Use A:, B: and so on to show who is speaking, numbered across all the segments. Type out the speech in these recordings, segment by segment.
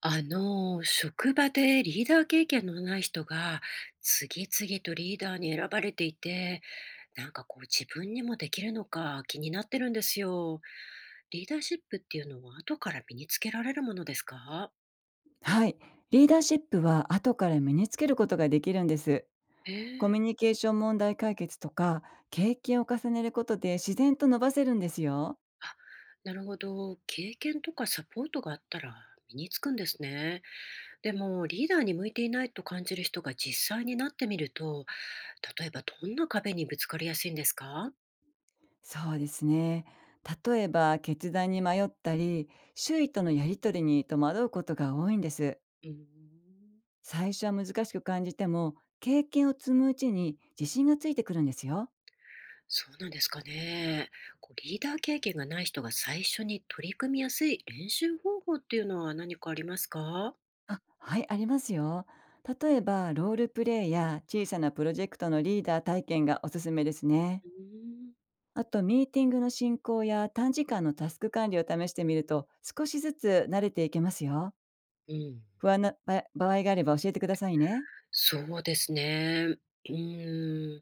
A: 職場でリーダー経験のない人が次々とリーダーに選ばれていて、自分にもできるのか気になってるんですよ。リーダーシップっていうのは後から身につけられるものですか。
B: はい。リーダーシップは後から身につけることができるんです。
A: え
B: コ
A: え。
B: ミュニケーション、問題解決とか、経験を重ねることで自然と伸ばせるんですよ。
A: あ、なるほど。経験とかサポートがあったら身につくんですね。でもリーダーに向いていないと感じる人が実際になってみると、例えばどんな壁にぶつかりやすいんですか。
B: そうですね。例えば、決断に迷ったり、周囲とのやりとりに戸惑うことが多いんです。
A: うーん、
B: 最初は難しく感じても、経験を積むうちに自信がついてくるんですよ。
A: そうなんですかね。リーダー経験がない人が最初に取り組みやすい練習方法っていうのは何かありますか。
B: あ、はい、ありますよ。例えば、ロールプレイや小さなプロジェクトのリーダー体験がおすすめですね。
A: うーん、
B: あと、ミーティングの進行や短時間のタスク管理を試してみると、少しずつ慣れていけますよ。
A: うん、
B: 不安なば場合があれば教えてくださいね。
A: そうですね。うーん、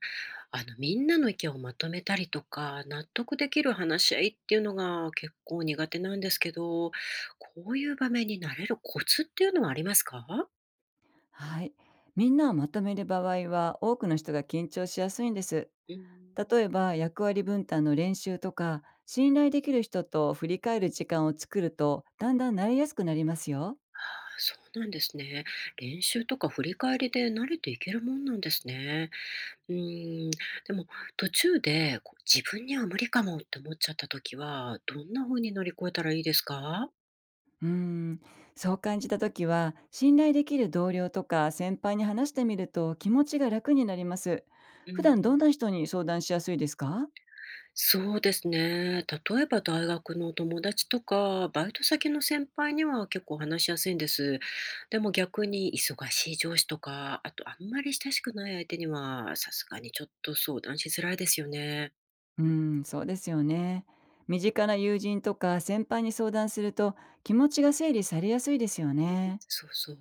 A: みんなの意見をまとめたりとか納得できる話し合いっていうのが結構苦手なんですけど、こういう場面になれるコツっていうのはありますか。
B: はい。みんなをまとめる場合は、多くの人が緊張しやすいんです。
A: うん。
B: 例えば、役割分担の練習とか、信頼できる人と振り返る時間を作ると、だんだん慣れやすくなりますよ。
A: ああ、そうなんですね。練習とか振り返りで慣れていけるもんなんですね。うーん、でも途中で自分には無理かもって思っちゃった時は、どんな風に乗り越えたらいいですか？
B: うーん、そう感じた時は、信頼できる同僚とか先輩に話してみると気持ちが楽になります。
A: う
B: 普段どん
A: ん、
B: な人に相談しやすいですか？
A: そうですね。例えば大学の友達とか、バイト先の先輩には結構話しやすいんです。でも逆に忙しい上司とか、あとあんまり親しくない相手には、さすがにちょっと相談しづらいですよね。
B: うーん、そうですよね。身近な友人とか先輩に相談すると、気持ちが整理されやすいですよね。
A: そうそう。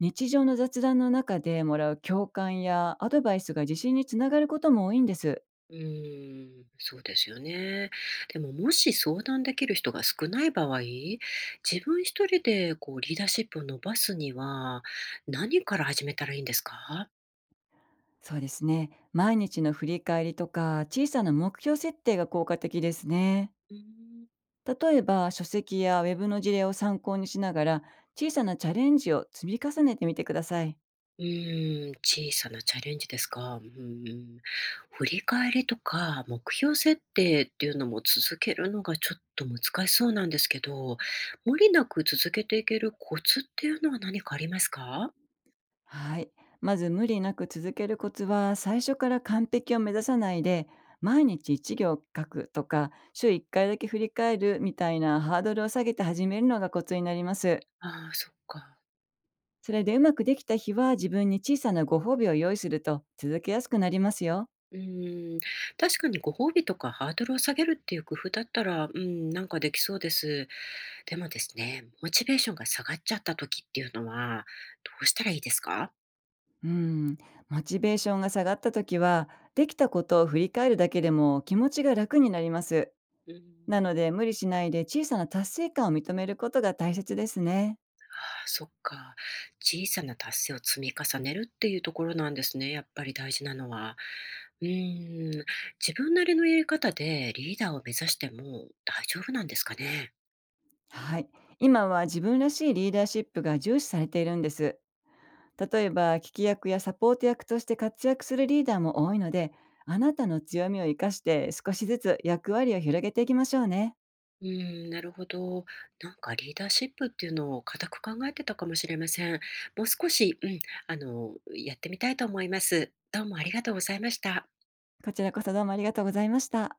B: 日常の雑談の中でもらう共感やアドバイスが自信につながることも多いんです。
A: うーん、そうですよね。でも、もし相談できる人が少ない場合、自分一人でリーダーシップを伸ばすには、何から始めたらいいんですか？
B: そうですね。毎日の振り返りとか小さな目標設定が効果的ですね。
A: うーん。
B: 例えば、書籍やウェブの事例を参考にしながら、小さなチャレンジを積み重ねてみてください。
A: うーん、小さなチャレンジですか。うーん。振り返りとか目標設定っていうのも続けるのがちょっと難しそうなんですけど、無理なく続けていけるコツっていうのは何かありますか？
B: はい。まず無理なく続けるコツは、最初から完璧を目指さないで、毎日1行書くとか週1回だけ振り返るみたいな、ハードルを下げて始めるのがコツになります。
A: ああー、そっか。
B: それでうまくできた日は、自分に小さなご褒美を用意すると続けやすくなりますよ。
A: うーん、確かにご褒美とかハードルを下げるっていう工夫だったら、うん、なんかできそうです。でもですね、モチベーションが下がっちゃった時っていうのは、どうしたらいいですか。
B: うん。モチベーションが下がった時は、できたことを振り返るだけでも気持ちが楽になります。
A: うん。
B: なので、無理しないで小さな達成感を認めることが大切ですね。
A: ああ、そっか。小さな達成を積み重ねるっていうところなんですね。やっぱり大事なのは。うーん、自分なりのやり方でリーダーを目指しても大丈夫なんですかね。
B: はい。今は自分らしいリーダーシップが重視されているんです。例えば、聞き役やサポート役として活躍するリーダーも多いので、あなたの強みを生かして少しずつ役割を広げていきましょうね。
A: うーん、なるほど。なんかリーダーシップっていうのを固く考えてたかもしれません。もう少し、うん、やってみたいと思います。どうもありがとうございました。
B: こちらこそどうもありがとうございました。